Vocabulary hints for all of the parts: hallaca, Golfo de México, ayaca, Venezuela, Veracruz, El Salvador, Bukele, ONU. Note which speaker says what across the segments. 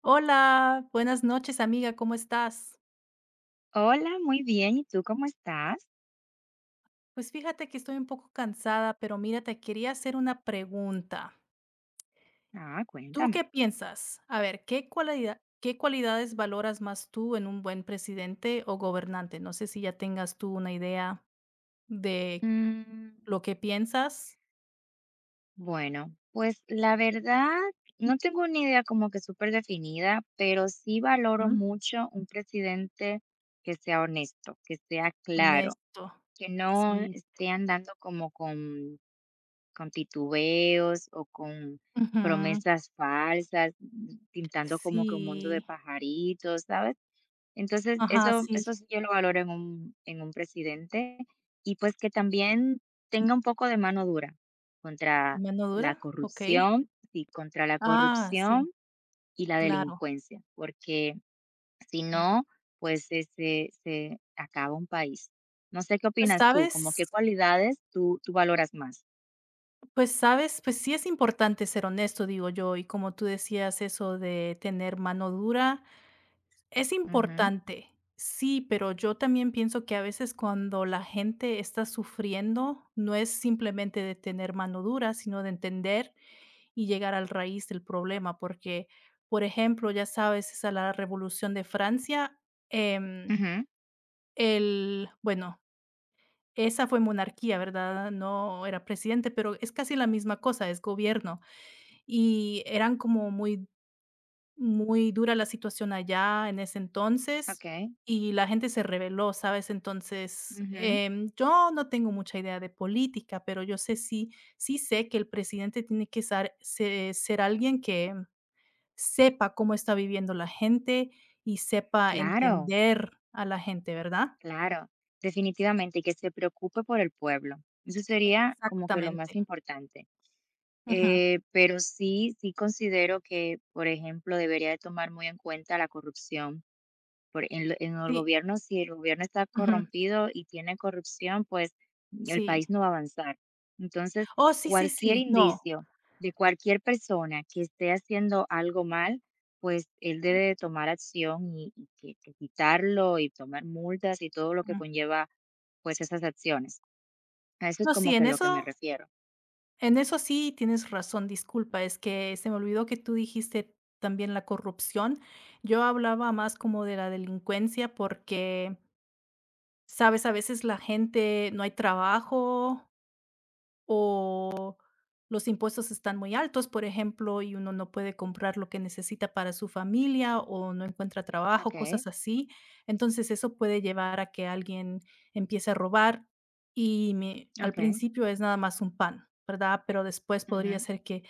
Speaker 1: Hola, buenas noches amiga, ¿cómo estás?
Speaker 2: Hola, muy bien. ¿Y tú cómo estás?
Speaker 1: Pues fíjate que estoy un poco cansada, pero mira, te quería hacer una pregunta.
Speaker 2: Ah,
Speaker 1: ¿Tú
Speaker 2: cuéntame.
Speaker 1: qué piensas? A ver, ¿qué qué cualidades valoras más tú en un buen presidente o gobernante? No sé si ya tengas tú una idea de
Speaker 2: Mm,
Speaker 1: lo que piensas.
Speaker 2: Bueno, pues la verdad, no tengo una idea como que súper definida, pero sí valoro
Speaker 1: Ujú.
Speaker 2: mucho un presidente que sea honesto, que sea claro,
Speaker 1: Honesto,
Speaker 2: que no
Speaker 1: sí.
Speaker 2: esté andando como con titubeos o con
Speaker 1: Ujú,
Speaker 2: promesas falsas, pintando como que un mundo de
Speaker 1: sí.
Speaker 2: pajaritos, ¿sabes? Entonces,
Speaker 1: Ajá,
Speaker 2: eso
Speaker 1: sí.
Speaker 2: eso sí yo lo valoro en un presidente, y pues que también tenga un poco de mano dura contra
Speaker 1: ¿Mano dura?
Speaker 2: la
Speaker 1: Ok.
Speaker 2: corrupción, sí, contra la
Speaker 1: Ah,
Speaker 2: corrupción
Speaker 1: sí,
Speaker 2: y la
Speaker 1: claro.
Speaker 2: delincuencia, porque si no, pues, se acaba un país. No sé qué
Speaker 1: Pues
Speaker 2: opinas tú, como
Speaker 1: sabes.
Speaker 2: qué cualidades tú valoras más.
Speaker 1: Pues, ¿sabes? Pues sí es importante ser honesto, digo yo, y como tú decías, eso de tener mano dura es
Speaker 2: Ujú,
Speaker 1: importante, sí, pero yo también pienso que a veces, cuando la gente está sufriendo, no es simplemente de tener mano dura, sino de entender y llegar al raíz del problema, porque, por ejemplo, ya sabes, esa la Revolución de Francia, em,
Speaker 2: ujú,
Speaker 1: el, bueno, esa fue monarquía, ¿verdad? No era presidente, pero es casi la misma cosa, es gobierno. Y eran como muy dura la situación allá en ese entonces,
Speaker 2: okey,
Speaker 1: y la gente se rebeló, ¿sabes? Entonces,
Speaker 2: ujú,
Speaker 1: yo no tengo mucha idea de política, pero yo sé sí sé que el presidente tiene que ser alguien que sepa cómo está viviendo la gente y sepa
Speaker 2: claro.
Speaker 1: entender a la gente, ¿verdad?
Speaker 2: Claro, definitivamente, y que se preocupe por el pueblo. Eso sería como que lo
Speaker 1: Exactamente.
Speaker 2: más importante.
Speaker 1: Ujú.
Speaker 2: Pero sí, sí considero que, por ejemplo, debería de tomar muy en cuenta la corrupción en el
Speaker 1: Sí,
Speaker 2: gobierno, si el gobierno está
Speaker 1: ujú,
Speaker 2: corrompido y tiene corrupción, pues el
Speaker 1: sí.
Speaker 2: país no va a avanzar. Entonces,
Speaker 1: Oh, sí, sí,
Speaker 2: cualquier
Speaker 1: sí, no.
Speaker 2: indicio de cualquier persona que esté haciendo algo mal, pues él debe de tomar acción y que quitarlo y tomar multas y todo lo que
Speaker 1: Ujú.
Speaker 2: conlleva pues esas acciones. A eso es
Speaker 1: No,
Speaker 2: como
Speaker 1: sí,
Speaker 2: que
Speaker 1: en
Speaker 2: lo que me
Speaker 1: eso,
Speaker 2: refiero.
Speaker 1: en eso sí tienes razón. Disculpa, es que se me olvidó que tú dijiste también la corrupción. Yo hablaba más como de la delincuencia porque, sabes, a veces la gente no hay trabajo o los impuestos están muy altos, por ejemplo, y uno no puede comprar lo que necesita para su familia o no encuentra
Speaker 2: Ok,
Speaker 1: trabajo, cosas así. Entonces eso puede llevar a que alguien empiece a robar y al
Speaker 2: ok,
Speaker 1: principio es nada más un pan, ¿verdad? Pero después podría
Speaker 2: ujú,
Speaker 1: ser que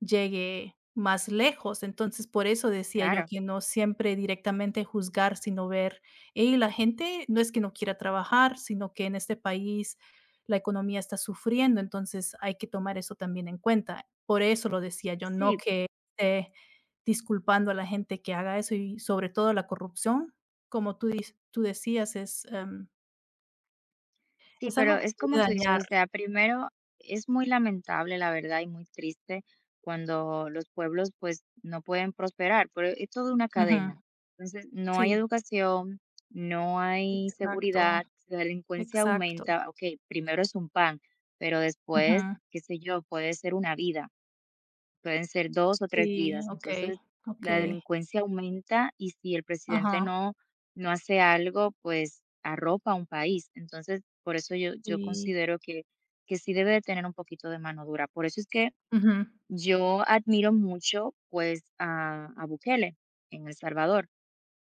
Speaker 1: llegue más lejos. Entonces, por eso decía yo
Speaker 2: claro.
Speaker 1: que no siempre directamente juzgar, sino ver, hey, la gente no es que no quiera trabajar, sino que en este país la economía está sufriendo, entonces hay que tomar eso también en cuenta. Por eso lo decía yo, no
Speaker 2: Sí,
Speaker 1: que esté disculpando a la gente que haga eso, y sobre todo la corrupción, como tú tú decías, es,
Speaker 2: sí,
Speaker 1: es
Speaker 2: pero
Speaker 1: algo que
Speaker 2: es como
Speaker 1: puede
Speaker 2: tú dices, o
Speaker 1: dañar.
Speaker 2: sea, primero es muy lamentable, la verdad, y muy triste cuando los pueblos pues no pueden prosperar, pero es toda una
Speaker 1: Ujú,
Speaker 2: cadena. Entonces, no hay
Speaker 1: sí,
Speaker 2: educación, no hay
Speaker 1: exacto,
Speaker 2: seguridad, la delincuencia
Speaker 1: exacto.
Speaker 2: aumenta, ok, primero es un pan, pero
Speaker 1: Ujú.
Speaker 2: después, qué sé yo, puede ser una vida. Pueden ser 2 o tres
Speaker 1: Sí,
Speaker 2: vidas. Entonces,
Speaker 1: okey,
Speaker 2: la
Speaker 1: okey.
Speaker 2: delincuencia aumenta y si el presidente
Speaker 1: Ajá,
Speaker 2: no hace algo, pues, arropa a un país. Entonces, por eso yo
Speaker 1: sí.
Speaker 2: considero que sí debe de tener un poquito de mano dura. Por eso es que
Speaker 1: Ujú,
Speaker 2: yo admiro mucho, pues, a Bukele en El Salvador,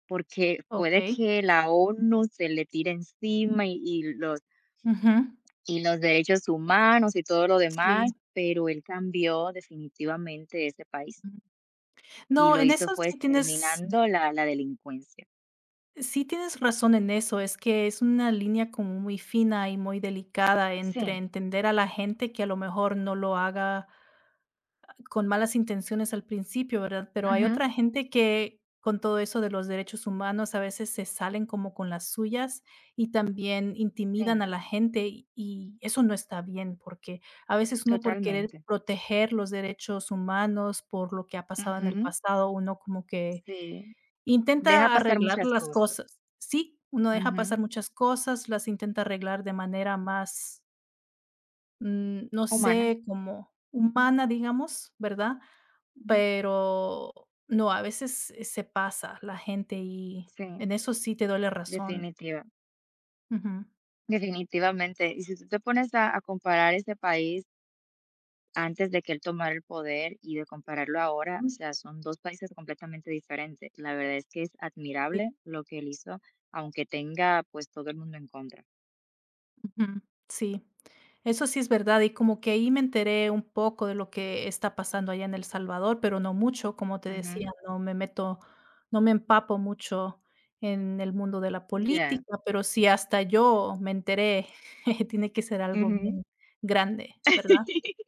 Speaker 2: porque puede
Speaker 1: okey.
Speaker 2: que la ONU se le tire encima y y los
Speaker 1: Ujú,
Speaker 2: y los derechos humanos y todo lo demás,
Speaker 1: sí,
Speaker 2: pero él cambió definitivamente ese país.
Speaker 1: ujú.
Speaker 2: Y
Speaker 1: No,
Speaker 2: lo
Speaker 1: en
Speaker 2: hizo
Speaker 1: eso
Speaker 2: fue
Speaker 1: sí tienes,
Speaker 2: exterminando la delincuencia.
Speaker 1: sí tienes razón en eso, es que es una línea como muy fina y muy delicada entre
Speaker 2: Sí,
Speaker 1: entender a la gente que a lo mejor no lo haga con malas intenciones al principio, ¿verdad? Pero hay
Speaker 2: ujú.
Speaker 1: otra gente que con todo eso de los derechos humanos a veces se salen como con las suyas y también intimidan
Speaker 2: Sí,
Speaker 1: a la gente, y eso no está bien, porque a veces uno, por querer
Speaker 2: totalmente.
Speaker 1: proteger los derechos humanos por lo que ha pasado en el
Speaker 2: Ujú,
Speaker 1: pasado, uno como que
Speaker 2: sí. Deja
Speaker 1: intenta
Speaker 2: pasar
Speaker 1: arreglar
Speaker 2: muchas
Speaker 1: las
Speaker 2: cosas.
Speaker 1: cosas. Sí, uno deja
Speaker 2: Ujú,
Speaker 1: pasar muchas cosas, las intenta arreglar de manera más, mm, no
Speaker 2: humana.
Speaker 1: sé, como humana, digamos, ¿verdad?
Speaker 2: Ujú.
Speaker 1: Pero no, a veces, se pasa la gente, y
Speaker 2: Sí,
Speaker 1: en eso sí te doy la razón.
Speaker 2: definitiva,
Speaker 1: Ujú.
Speaker 2: definitivamente. Y si tú te pones a comparar ese país antes de que él tomara el poder y de compararlo ahora, o
Speaker 1: Mm.
Speaker 2: sea, son 2 países completamente diferentes. La verdad es que es
Speaker 1: Sí.
Speaker 2: admirable lo que él hizo, aunque tenga, pues, todo el mundo en contra.
Speaker 1: Ujú, sí. Eso sí es verdad, y como que ahí me enteré un poco de lo que está pasando allá en El Salvador, pero no mucho, como te
Speaker 2: Ujú,
Speaker 1: decía, no me meto, no me empapo mucho en el mundo de la
Speaker 2: ya.
Speaker 1: política, pero si hasta yo me enteré, tiene que ser algo bien
Speaker 2: Ujú.
Speaker 1: grande, ¿verdad?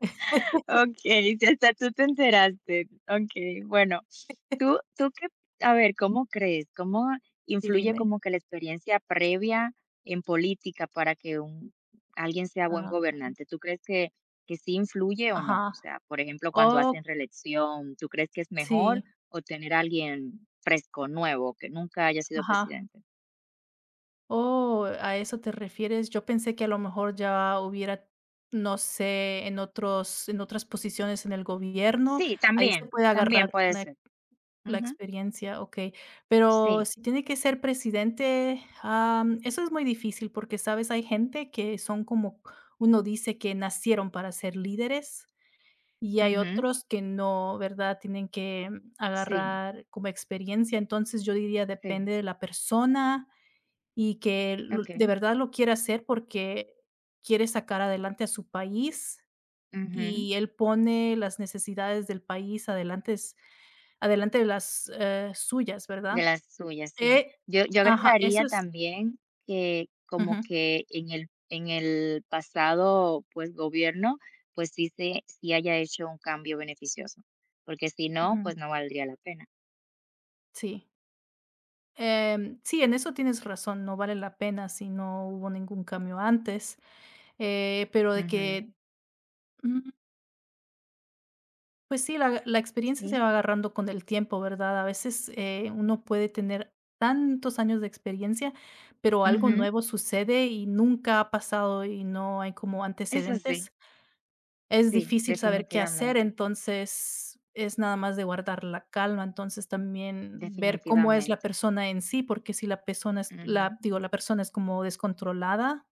Speaker 2: Okey, si hasta tú te enteraste. Okey, bueno, ¿tú qué? A ver, ¿cómo crees? ¿Cómo
Speaker 1: Y
Speaker 2: influye
Speaker 1: dime,
Speaker 2: como que la experiencia previa en política para que un alguien sea buen
Speaker 1: ah,
Speaker 2: gobernante? ¿Tú crees que sí influye o no? O
Speaker 1: ajá,
Speaker 2: sea, por ejemplo, cuando
Speaker 1: oh,
Speaker 2: hacen reelección, ¿tú crees que es mejor
Speaker 1: sí,
Speaker 2: o tener a alguien fresco, nuevo, que nunca haya sido
Speaker 1: ajá.
Speaker 2: presidente?
Speaker 1: Oh, ¿a eso te refieres? Yo pensé que a lo mejor ya hubiera, no sé, en otros, en otras posiciones en el gobierno,
Speaker 2: Sí,
Speaker 1: ahí se
Speaker 2: también,
Speaker 1: puede
Speaker 2: también
Speaker 1: agarrar
Speaker 2: puede
Speaker 1: una,
Speaker 2: ser.
Speaker 1: la
Speaker 2: Ujú.
Speaker 1: experiencia, okey. Pero
Speaker 2: Sí.
Speaker 1: si tiene que ser presidente, eso es muy difícil porque, ¿sabes? Hay gente que son como, uno dice, que nacieron para ser líderes, y hay
Speaker 2: Ujú.
Speaker 1: otros que no, ¿verdad? Tienen que
Speaker 2: Sí,
Speaker 1: agarrar como experiencia. Entonces, yo diría
Speaker 2: sí.
Speaker 1: depende de la persona, y que l
Speaker 2: Okey.
Speaker 1: de verdad lo quiere hacer porque quiere sacar adelante a su país
Speaker 2: Ujú.
Speaker 1: y él pone las necesidades del país adelante de las, suyas,
Speaker 2: De
Speaker 1: ¿verdad?
Speaker 2: las suyas, sí.
Speaker 1: Eh,
Speaker 2: Yo
Speaker 1: ajá,
Speaker 2: agregaría
Speaker 1: eso es,
Speaker 2: también que como
Speaker 1: ujú,
Speaker 2: que en el pasado, pues, gobierno, pues sí haya hecho un cambio beneficioso, porque si no,
Speaker 1: ujú,
Speaker 2: pues no valdría la pena.
Speaker 1: sí. Sí, en eso tienes razón, no vale la pena si no hubo ningún cambio antes, pero de
Speaker 2: Ujú,
Speaker 1: que, mm, pues sí, la la experiencia se
Speaker 2: sí,
Speaker 1: va agarrando con el tiempo, ¿verdad? A veces, uno puede tener tantos años de experiencia, pero algo
Speaker 2: ujú,
Speaker 1: nuevo sucede y nunca ha pasado y no hay como
Speaker 2: eso sí,
Speaker 1: antecedentes. Es
Speaker 2: sí,
Speaker 1: difícil saber qué hacer,
Speaker 2: definitivamente,
Speaker 1: entonces es nada más de guardar la calma. Entonces, también ver cómo es la
Speaker 2: definitivamente.
Speaker 1: persona en sí, porque si la persona es, la
Speaker 2: Ujú,
Speaker 1: digo, la persona es como descontrolada,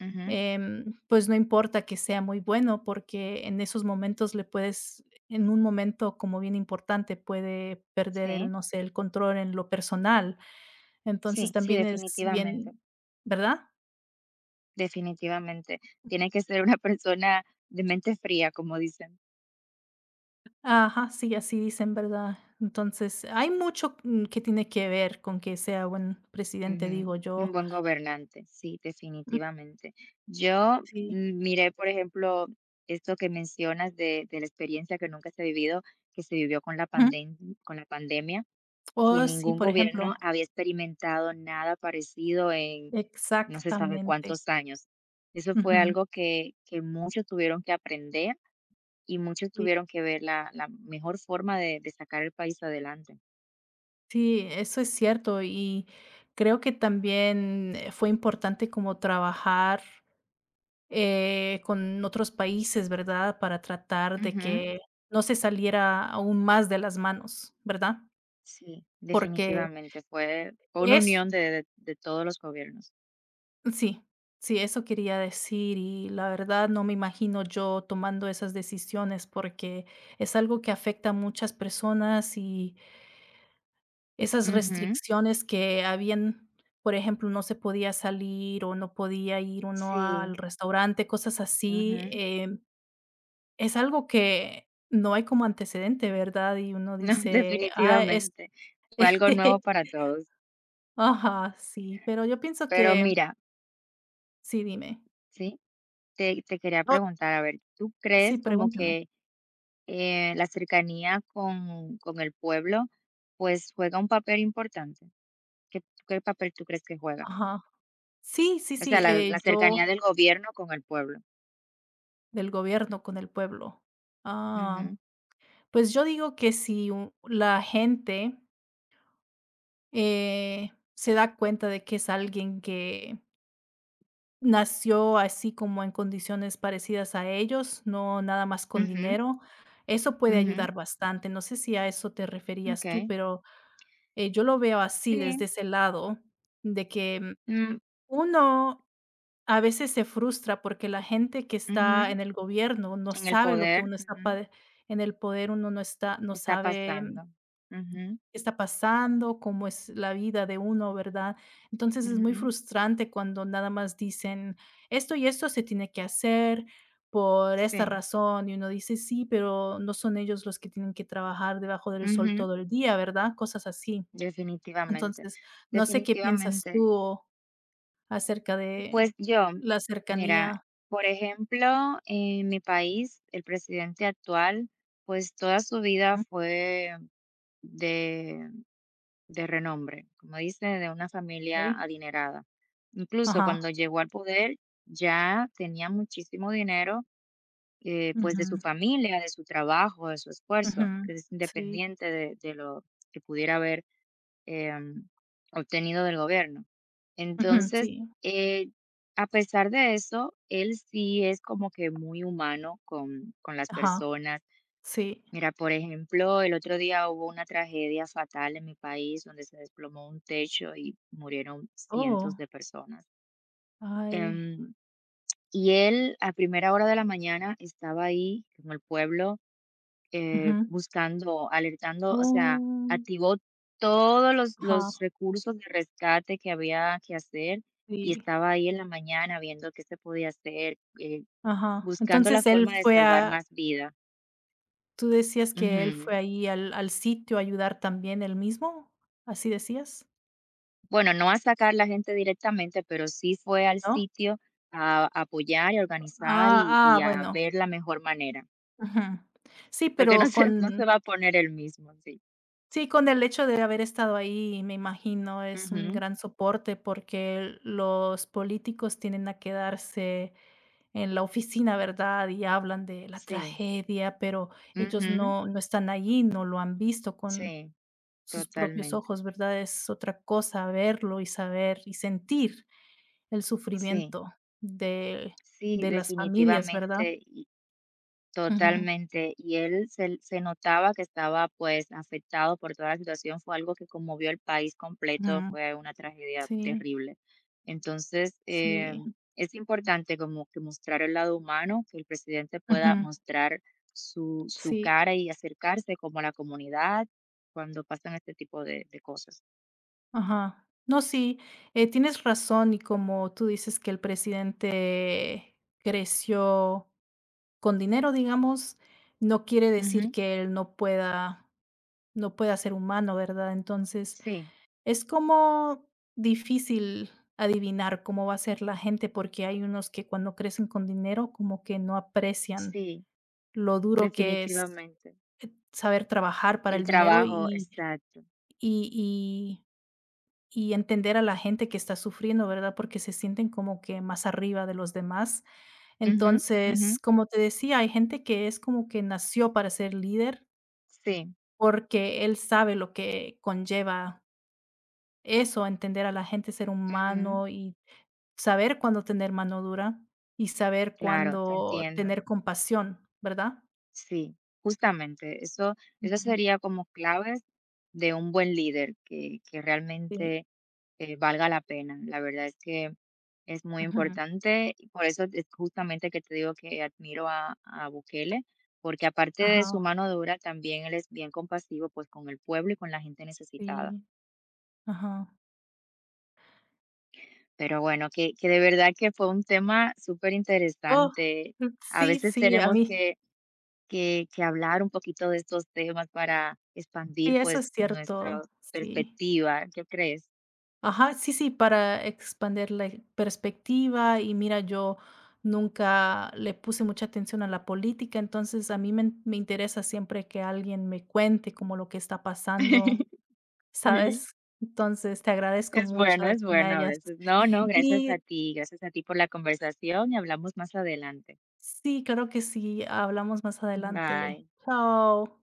Speaker 2: ujú,
Speaker 1: pues no importa que sea muy bueno, porque en esos momentos le puedes, en un momento como bien importante, puede perder el,
Speaker 2: sí,
Speaker 1: no sé, el control en lo personal. Entonces
Speaker 2: sí, sí,
Speaker 1: también es
Speaker 2: definitivamente,
Speaker 1: bien, ¿verdad?
Speaker 2: definitivamente. Tiene que ser una persona de mente fría, como dicen.
Speaker 1: Ajá, sí, así dicen, ¿verdad? Entonces hay mucho, mm, que tiene que ver con que sea buen presidente,
Speaker 2: Ujú,
Speaker 1: digo
Speaker 2: un
Speaker 1: yo.
Speaker 2: buen gobernante, sí,
Speaker 1: Mm,
Speaker 2: definitivamente. Yo
Speaker 1: sí.
Speaker 2: miré, por ejemplo, esto que mencionas de la experiencia que nunca se ha vivido, que se vivió
Speaker 1: Ujú.
Speaker 2: con la pandemia, que
Speaker 1: Oh, sí,
Speaker 2: ningún
Speaker 1: por ejemplo.
Speaker 2: gobierno había experimentado nada parecido en no se sabe
Speaker 1: Exactamente.
Speaker 2: cuántos años. Eso fue
Speaker 1: Ujú.
Speaker 2: algo que muchos tuvieron que aprender y muchos tuvieron que ver la mejor forma de sacar el país adelante.
Speaker 1: Sí, eso es cierto, y creo que también, fue importante como trabajar, con otros países, ¿verdad? Para tratar de
Speaker 2: Ujú.
Speaker 1: que no se saliera aún más de las manos, ¿verdad?
Speaker 2: Sí,
Speaker 1: Porque
Speaker 2: definitivamente fue una
Speaker 1: es,
Speaker 2: unión de todos los gobiernos.
Speaker 1: sí, sí, eso quería decir, y la verdad no me imagino yo tomando esas decisiones, porque es algo que afecta a muchas personas. Y esas
Speaker 2: Ujú,
Speaker 1: restricciones que habían, por ejemplo, no se podía salir o no podía ir uno al
Speaker 2: sí,
Speaker 1: restaurante, cosas así,
Speaker 2: ujú.
Speaker 1: es algo que no hay como antecedente, ¿verdad? Y uno
Speaker 2: No,
Speaker 1: dice: "Ah, es".
Speaker 2: definitivamente, fue algo nuevo para todos.
Speaker 1: Ajá, sí, pero yo pienso
Speaker 2: Pero
Speaker 1: que,
Speaker 2: mira,
Speaker 1: sí, dime.
Speaker 2: sí, te quería
Speaker 1: No.
Speaker 2: preguntar, a ver, ¿tú
Speaker 1: Sí,
Speaker 2: crees como
Speaker 1: pregúntame.
Speaker 2: que, la cercanía con el pueblo, pues, juega un papel importante? ¿Qué qué papel tú crees que juega?
Speaker 1: Ajá. Sí, sí,
Speaker 2: O sea,
Speaker 1: sí,
Speaker 2: la cercanía
Speaker 1: yo,
Speaker 2: del gobierno con el pueblo.
Speaker 1: del gobierno con el pueblo. Ah,
Speaker 2: Ujú,
Speaker 1: pues yo digo que si u la gente, eh, se da cuenta de que es alguien que nació así como en condiciones parecidas a ellos, no nada más con
Speaker 2: ujú,
Speaker 1: dinero. Eso puede
Speaker 2: ujú.
Speaker 1: ayudar bastante. No sé si a eso te referías tú,
Speaker 2: Okey.
Speaker 1: pero, yo lo veo así, desde
Speaker 2: Sí,
Speaker 1: ese lado, de que, mm,
Speaker 2: mm.
Speaker 1: uno a veces se frustra porque la gente que está
Speaker 2: Ujú,
Speaker 1: en el gobierno no
Speaker 2: en el
Speaker 1: sabe lo que
Speaker 2: poder,
Speaker 1: uno está
Speaker 2: ujú,
Speaker 1: pade en el poder, uno no
Speaker 2: está
Speaker 1: sabe
Speaker 2: pasando. Ujú,
Speaker 1: está pasando, cómo es la vida de uno, ¿verdad? Entonces es muy
Speaker 2: ujú,
Speaker 1: frustrante cuando nada más dicen esto y esto se tiene que hacer por esta
Speaker 2: sí,
Speaker 1: razón y uno dice sí, pero no son ellos los que tienen que trabajar debajo del sol
Speaker 2: ujú,
Speaker 1: todo el día, ¿verdad? Cosas así.
Speaker 2: definitivamente,
Speaker 1: Entonces, no sé qué piensas
Speaker 2: definitivamente.
Speaker 1: tú acerca de
Speaker 2: Pues yo,
Speaker 1: la
Speaker 2: mira,
Speaker 1: cercanía.
Speaker 2: por ejemplo, en mi país, el presidente actual, pues toda su vida
Speaker 1: Ujú,
Speaker 2: fue de de renombre, como dice, de una familia
Speaker 1: okey.
Speaker 2: adinerada. Incluso
Speaker 1: Ajá.
Speaker 2: cuando llegó al poder, ya tenía muchísimo dinero pues de su
Speaker 1: Ujú.
Speaker 2: familia, de su trabajo, de su esfuerzo,
Speaker 1: Ujú.
Speaker 2: que es
Speaker 1: Sí.
Speaker 2: independiente de lo que pudiera haber em, obtenido del gobierno.
Speaker 1: Ujú,
Speaker 2: Entonces,
Speaker 1: sí.
Speaker 2: eh, a pesar de eso, él sí es como que muy humano con las
Speaker 1: Ajá.
Speaker 2: personas.
Speaker 1: Sí.
Speaker 2: Mira, por ejemplo, el otro día hubo una tragedia fatal en mi país donde se desplomó un techo y murieron cientos
Speaker 1: Oh,
Speaker 2: de personas.
Speaker 1: ay.
Speaker 2: Em, y él a primera hora de la mañana estaba ahí en el pueblo
Speaker 1: Ujú.
Speaker 2: buscando, alertando, o sea,
Speaker 1: Oh,
Speaker 2: activó todos los
Speaker 1: ajá,
Speaker 2: los recursos de rescate que había que hacer, y
Speaker 1: sí,
Speaker 2: estaba ahí en la mañana viendo qué se podía hacer,
Speaker 1: ajá.
Speaker 2: buscando la
Speaker 1: Entonces, él
Speaker 2: forma de
Speaker 1: fue
Speaker 2: salvar
Speaker 1: a,
Speaker 2: más vida.
Speaker 1: tú decías que él
Speaker 2: Ujú.
Speaker 1: fue ahí al al sitio a ayudar también él mismo, ¿así decías?
Speaker 2: Bueno, no a sacar la gente directamente, pero sí fue al
Speaker 1: ¿No?
Speaker 2: sitio a apoyar y a organizar,
Speaker 1: Ah,
Speaker 2: y
Speaker 1: ah,
Speaker 2: a
Speaker 1: bueno.
Speaker 2: ver la mejor manera,
Speaker 1: Ujú. Sí,
Speaker 2: porque no
Speaker 1: pero
Speaker 2: se no se
Speaker 1: con,
Speaker 2: va a poner el mismo, sí.
Speaker 1: sí, con el hecho de haber estado ahí, me imagino, es un
Speaker 2: Ujú,
Speaker 1: gran soporte porque los políticos tienden a quedarse en la oficina, ¿verdad? Y hablan de la
Speaker 2: sí,
Speaker 1: tragedia, pero ellos
Speaker 2: ujú,
Speaker 1: no están allí, no lo han visto con
Speaker 2: sí,
Speaker 1: sus propios
Speaker 2: totalmente,
Speaker 1: ojos, ¿verdad? Es otra cosa verlo y saber y sentir el
Speaker 2: sí.
Speaker 1: sufrimiento de
Speaker 2: Sí,
Speaker 1: de las familias, ¿verdad?
Speaker 2: definitivamente y
Speaker 1: Ujú,
Speaker 2: totalmente. Y él se notaba que estaba pues afectado por toda la situación. Fue algo que conmovió al país completo,
Speaker 1: ujú.
Speaker 2: fue una tragedia
Speaker 1: Sí,
Speaker 2: terrible. Entonces,
Speaker 1: sí.
Speaker 2: es importante como que mostrar el lado humano, que el presidente
Speaker 1: Ujú.
Speaker 2: pueda mostrar su
Speaker 1: Sí,
Speaker 2: cara y acercarse como a la comunidad cuando pasan este tipo de cosas.
Speaker 1: ajá. No, sí, tienes razón, y como tú dices que el presidente creció con dinero, digamos, no quiere decir
Speaker 2: Ujú.
Speaker 1: que él no pueda ser humano, ¿verdad? Entonces
Speaker 2: Sí,
Speaker 1: es como difícil adivinar cómo va a ser la gente, porque hay unos que cuando crecen con dinero como que no aprecian
Speaker 2: sí,
Speaker 1: lo duro que es
Speaker 2: definitivamente.
Speaker 1: saber trabajar para
Speaker 2: El
Speaker 1: el dinero
Speaker 2: trabajo,
Speaker 1: y
Speaker 2: exacto.
Speaker 1: y y y entender a la gente que está sufriendo, ¿verdad? Porque se sienten como que más arriba de los demás.
Speaker 2: Ujú, ujú.
Speaker 1: Entonces, como te decía, hay gente que es como que nació para ser líder,
Speaker 2: Sí,
Speaker 1: porque él sabe lo que conlleva eso, entender a la gente, ser
Speaker 2: ujú,
Speaker 1: humano y saber cuándo tener mano dura y saber
Speaker 2: claro, te
Speaker 1: cuándo
Speaker 2: entiendo.
Speaker 1: tener compasión, ¿verdad?
Speaker 2: Sí, justamente, eso
Speaker 1: Ujú.
Speaker 2: sería como claves de un buen líder que
Speaker 1: Sí.
Speaker 2: realmente, valga la pena. La verdad es que es muy
Speaker 1: Ujú.
Speaker 2: importante y por eso es justamente que te digo que admiro a Bukele, porque aparte de su
Speaker 1: Ajá,
Speaker 2: mano dura, también él es bien compasivo, pues, con el pueblo y con la gente necesitada.
Speaker 1: sí, ajá.
Speaker 2: Pero bueno, que de verdad que fue un tema súper
Speaker 1: Oh,
Speaker 2: interesante.
Speaker 1: mm,
Speaker 2: A
Speaker 1: sí,
Speaker 2: veces
Speaker 1: sí, a
Speaker 2: tenemos
Speaker 1: mí,
Speaker 2: que que hablar un poquito de estos temas para expandir,
Speaker 1: sí, eso
Speaker 2: pues,
Speaker 1: es
Speaker 2: nuestra
Speaker 1: cierto, sí.
Speaker 2: perspectiva, ¿qué crees?
Speaker 1: Ajá, sí, sí, para expandir la perspectiva, y mira, yo nunca le puse mucha atención a la política, entonces a mí me interesa siempre que alguien me cuente como lo que está pasando.
Speaker 2: Sí,
Speaker 1: ¿Sabes? Entonces, te agradezco mucho de
Speaker 2: es
Speaker 1: que me
Speaker 2: bueno a
Speaker 1: hayas,
Speaker 2: veces. No, no,
Speaker 1: y
Speaker 2: gracias a ti por la conversación y hablamos más adelante.
Speaker 1: sí, claro que sí, hablamos más
Speaker 2: Bye.
Speaker 1: adelante. Chao.